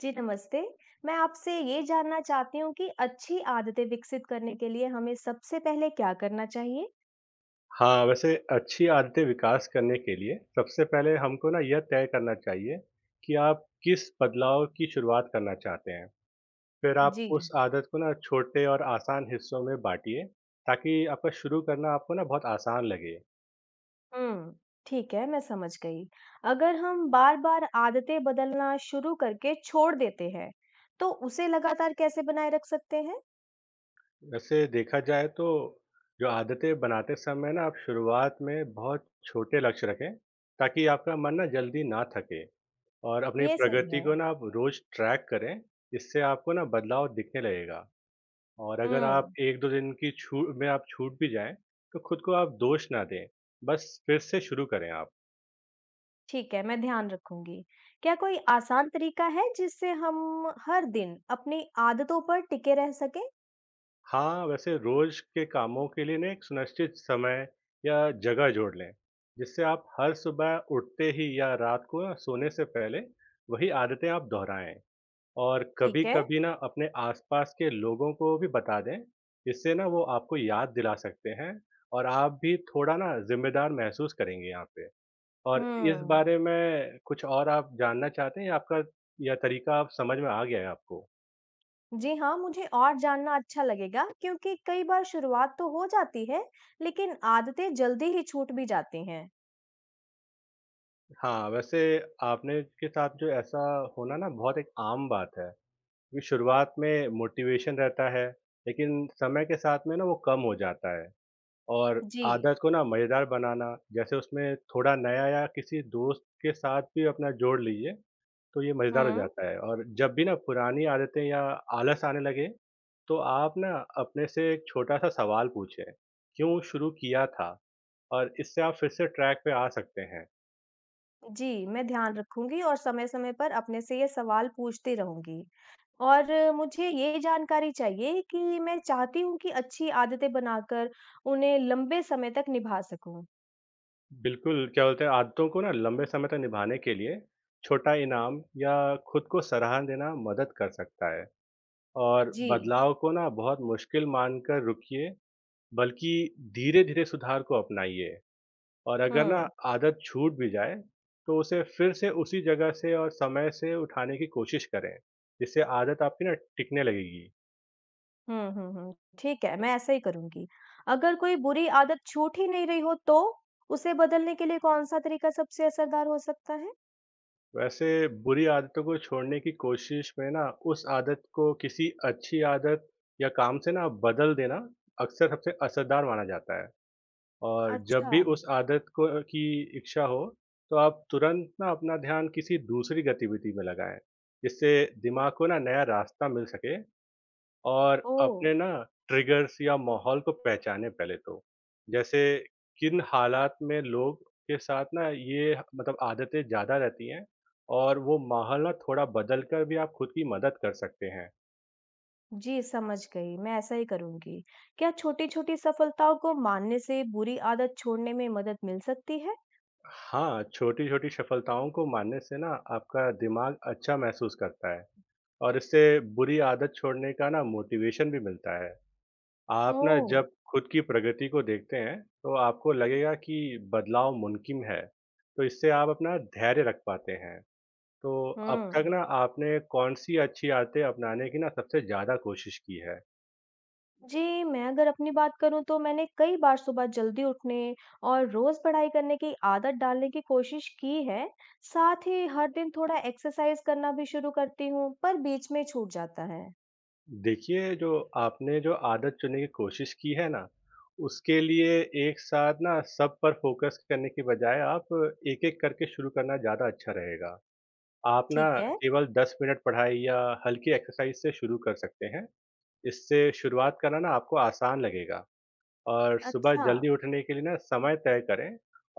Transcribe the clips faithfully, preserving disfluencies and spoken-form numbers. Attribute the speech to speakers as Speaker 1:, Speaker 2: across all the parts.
Speaker 1: जी, नमस्ते। मैं आपसे ये जानना चाहती हूँ कि अच्छी आदतें विकसित करने के लिए हमें सबसे पहले क्या करना चाहिए?
Speaker 2: हाँ, वैसे अच्छी आदतें विकास करने के लिए सबसे पहले हमको ना यह तय करना चाहिए कि आप किस बदलाव की शुरुआत करना चाहते हैं। फिर आप
Speaker 1: जी।
Speaker 2: उस आदत को ना छोटे और आसान हिस्सों में बांटिए ताकि आपका शुरू करना आपको ना बहुत आसान लगे।
Speaker 1: हुँ, ठीक है, मैं समझ गई। अगर हम बार-बार आदतें बदलना शुरू करके छोड़ देते हैं, तो उसे लगातार कैसे बनाए रख सकते हैं?
Speaker 2: वैसे देखा जाए तो जो आदतें बनाते समय ना आप शुरुआत में बहुत छोटे लक्ष्य रखें ताकि आपका मन ना जल्दी ना थके और अपनी
Speaker 1: ये सही
Speaker 2: प्रगति
Speaker 1: है।
Speaker 2: को ना आप रोज ट्रैक करें। इससे आपको ना बदलाव दिखने लगेगा। और अगर आप
Speaker 1: हुँ,
Speaker 2: एक दो दिन की छूट में आप छूट भी जाएँ, तो खुद को आप दोष ना दें, बस फिर से शुरू करें आप।
Speaker 1: ठीक है, मैं ध्यान रखूँगी। क्या कोई आसान तरीका है जिससे हम हर दिन अपनी आदतों पर टिके रह सकें?
Speaker 2: हाँ, वैसे रोज़ के कामों के लिए ना एक सुनिश्चित समय या जगह जोड़ लें, जिससे आप हर सुबह उठते ही या रात को ना सोने से पहले वही आदतें आप दोहराएँ। और
Speaker 1: ठीक है।
Speaker 2: कभी-कभी ना अपने आस-पास के लोगों को भी बता दें, इससे ना वो आपको याद दिला सकते हैं और आप भी थोड़ा ना ज़िम्मेदार महसूस करेंगे यहाँ पे। और इस
Speaker 1: हुँ।
Speaker 2: बारे में कुछ और आप जानना चाहते हैं या आपका या तरीका आप समझ में आ गया है आपको?
Speaker 1: जी हाँ, मुझे और जानना अच्छा लगेगा क्योंकि कई बार शुरुआत तो हो जाती है, लेकिन आदतें जल्दी ही छूट भी जाती हैं।
Speaker 2: हाँ, वैसे आपने के साथ जो ऐसा होना ना बहुत एक आम बात है, क्योंकि शुरुआत में मोटिवेशन रहता है, लेकिन समय के साथ में ना वो कम हो जाता है और
Speaker 1: जी
Speaker 2: आदत को ना मज़ेदार बनाना, जैसे उसमें थोड़ा नया या किसी दोस्त के साथ भी अपना जोड़ लीजिए तो ये मज़ेदार हो
Speaker 1: हम्म।
Speaker 2: जाता है। और जब भी ना पुरानी आदतें या आलस आने लगे, तो आप ना अपने से एक छोटा-सा सवाल पूछें, क्यों शुरू किया था? और इससे आप फिर से ट्रैक पे आ सकते हैं।
Speaker 1: जी, मैं ध्यान रखूंगी और समय-समय पर अपने से ये सवाल पूछती रहूंगी। और अ, मुझे ये जानकारी चाहिए कि मैं चाहती हूँ कि अच्छी आदतें बनाकर उन्हें लंबे समय तक निभा सकूं।
Speaker 2: बिल्कुल, क्या बोलते हैं, आदतों को ना लंबे समय तक निभाने के लिए छोटा इनाम या खुद को सराहना देना मदद कर सकता है। और
Speaker 1: जी
Speaker 2: बदलाव को ना बहुत मुश्किल मानकर रुकिए, बल्कि धीरे-धीरे सुधार को अपनाइए। और अगर ना
Speaker 1: हम्म।
Speaker 2: आदत छूट भी जाए तो उसे फिर से उसी जगह से और समय से उठाने की कोशिश करें, जिससे आदत आपकी ना टिकने लगेगी।
Speaker 1: हुँ, हुँ, हुँ। ठीक है, मैं ऐसा ही करूँगी। अगर कोई बुरी आदत छूट ही नहीं रही हो तो? उसे बदलने के लिए कौन-सा तरीका सबसे असरदार हो सकता है?
Speaker 2: वैसे बुरी आदतों को छोड़ने की कोशिश में ना उस आदत को किसी अच्छी आदत या काम से ना बदल देना अक्सर सबसे असरदार माना जाता है, और जब
Speaker 1: अच्छा।
Speaker 2: भी उस आदत को की इच्छा हो तो आप तुरंत ना अपना ध्यान किसी दूसरी गतिविधि में लगाएं, जिससे दिमाग को ना नया रास्ता मिल सके। और
Speaker 1: ओह!
Speaker 2: अपने ना ट्रिगर्स या माहौल को पहचानें पहले तो। जैसे किन हालात में लोग के साथ ना ये मतलब आदतें ज़्यादा रहती हैं, और वो माहौल ना थोड़ा बदल कर भी आप खुद की मदद कर सकते हैं।
Speaker 1: जी, समझ गई, मैं ऐसा ही करूँगी। क्या छोटी-छोटी सफलताओं को मानने से बुरी आदत छोड़ने में मदद मिल सकती है?
Speaker 2: हाँ, छोटी-छोटी सफलताओं को मानने से ना आपका दिमाग अच्छा महसूस करता है और इससे बुरी आदत छोड़ने का ना मोटिवेशन भी मिलता है। आप ना
Speaker 1: ओह!
Speaker 2: जब खुद की प्रगति को देखते हैं तो आपको लगेगा कि बदलाव मुमकिन है, तो इससे आप अपना धैर्य रख पाते हैं। तो अब तक
Speaker 1: हुँ।
Speaker 2: ना आपने कौन सी अच्छी आदतें अपनाने की ना सबसे ज़्यादा कोशिश की है?
Speaker 1: जी, मैं अगर अपनी बात करूँ तो मैंने कई बार सुबह जल्दी उठने और रोज़ पढ़ाई करने की आदत डालने की कोशिश की है। साथ ही हर दिन थोड़ा एक्सरसाइज़ करना भी शुरू करती हूँ, पर बीच में छूट जाता है।
Speaker 2: देखिए जो आपने जो आदत चुनने की कोशिश की है ना, उसके लिए एक साथ ना सब पर फोकस करने की बजाय आप एक एक करके शुरू करना ज़्यादा अच्छा रहेगा। आप ना
Speaker 1: ठीक है।
Speaker 2: केवल दस मिनट पढ़ाई या हल्की एक्सरसाइज से शुरू कर सकते हैं। इससे शुरुआत करना ना आपको आसान लगेगा। और सुबह
Speaker 1: अच्छा।
Speaker 2: जल्दी उठने के लिए ना समय तय करें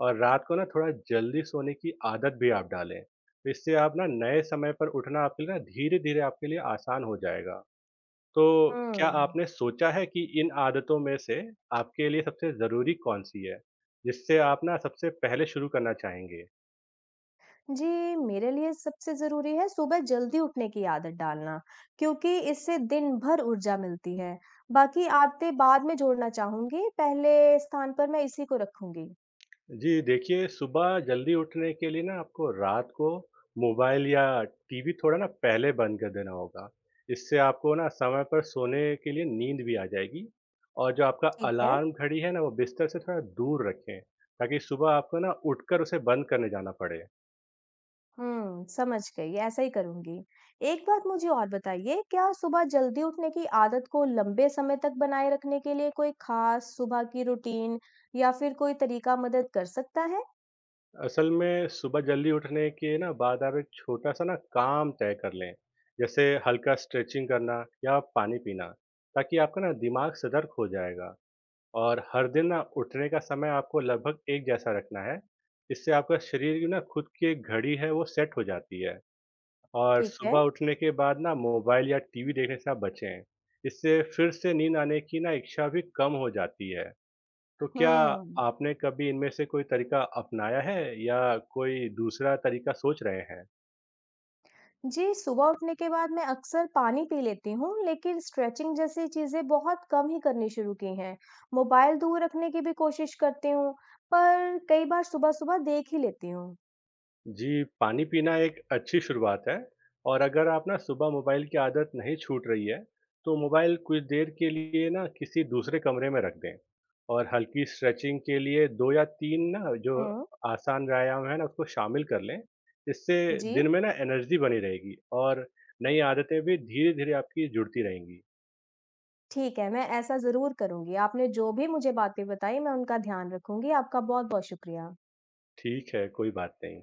Speaker 2: और रात को ना थोड़ा जल्दी सोने की आदत भी आप डालें, तो इससे आप ना नए समय पर उठना आपके लिए ना धीरे धीरे आपके लिए आसान हो जाएगा। तो क्या
Speaker 1: हुँ।
Speaker 2: आपने सोचा है कि इन आदतों में से आपके लिए सबसे ज़रूरी कौन सी है जिससे आप ना सबसे पहले शुरू करना चाहेंगे?
Speaker 1: जी, मेरे लिए सबसे ज़रूरी है सुबह जल्दी उठने की आदत डालना, क्योंकि इससे दिन भर ऊर्जा मिलती है। बाकी आदतें बाद में जोड़ना चाहूँगी, पहले स्थान पर मैं इसी को रखूँगी।
Speaker 2: जी, देखिए सुबह जल्दी उठने के लिए ना आपको रात को मोबाइल या टीवी थोड़ा ना पहले बंद कर देना होगा। इससे आपको ना समय पर सोने के लिए नींद भी आ जाएगी, और जो आपका
Speaker 1: ठीक है।
Speaker 2: अलार्म घड़ी है ना वो बिस्तर से थोड़ा दूर रखें, ताकि सुबह आपको ना उठकर उसे बंद करने जाना पड़े।
Speaker 1: हुँ, समझ गई, ऐसा ही करूँगी। एक बात मुझे और बताइए, क्या सुबह जल्दी उठने की आदत को लंबे समय तक बनाए रखने के लिए कोई खास सुबह की रूटीन या फिर कोई तरीका मदद कर सकता है?
Speaker 2: असल में सुबह जल्दी उठने के ना बाद आप एक छोटा-सा ना काम तय कर लें, जैसे हल्का स्ट्रेचिंग करना या पानी पीना, ताकि आपका ना दिमाग सतर्क हो जाएगा। और हर दिन ना उठने का समय आपको लगभग एक जैसा रखना है। इससे आपका शरीर की ना खुद की एक घड़ी है वो सेट हो जाती है, और
Speaker 1: ठीक है।
Speaker 2: सुबह उठने के बाद ना मोबाइल या टीवी देखने से आप बचें। इससे फिर से नींद आने की ना इच्छा भी कम हो जाती है। तो क्या
Speaker 1: हुँ।
Speaker 2: आपने कभी इनमें से कोई तरीका अपनाया है या कोई दूसरा तरीका सोच रहे हैं?
Speaker 1: जी, सुबह उठने के बाद मैं अक्सर पानी पी लेती हूँ, लेकिन स्ट्रेचिंग जैसी चीज़ें बहुत कम ही करनी शुरू की हैं। मोबाइल दूर रखने की भी कोशिश करती हूँ, पर कई बार सुबह-सुबह देख ही लेती हूँ।
Speaker 2: जी, पानी पीना एक अच्छी शुरुआत है, और अगर आप ना सुबह मोबाइल की आदत नहीं छूट रही है, तो मोबाइल कुछ देर के लिए ना किसी दूसरे कमरे में रख दें और हल्की स्ट्रेचिंग के लिए दो या तीन ना जो
Speaker 1: हुँ,
Speaker 2: आसान व्यायाम है ना उसको शामिल कर लें। इससे
Speaker 1: जी,
Speaker 2: दिन में ना एनर्जी बनी रहेगी और नई आदतें भी धीरे-धीरे आपकी जुड़ती रहेंगी।
Speaker 1: ठीक है, मैं ऐसा ज़रूर करूँगी। आपने जो भी मुझे बातें बताई, मैं उनका ध्यान रखूँगी। आपका बहुत-बहुत शुक्रिया।
Speaker 2: ठीक है, कोई बात नहीं।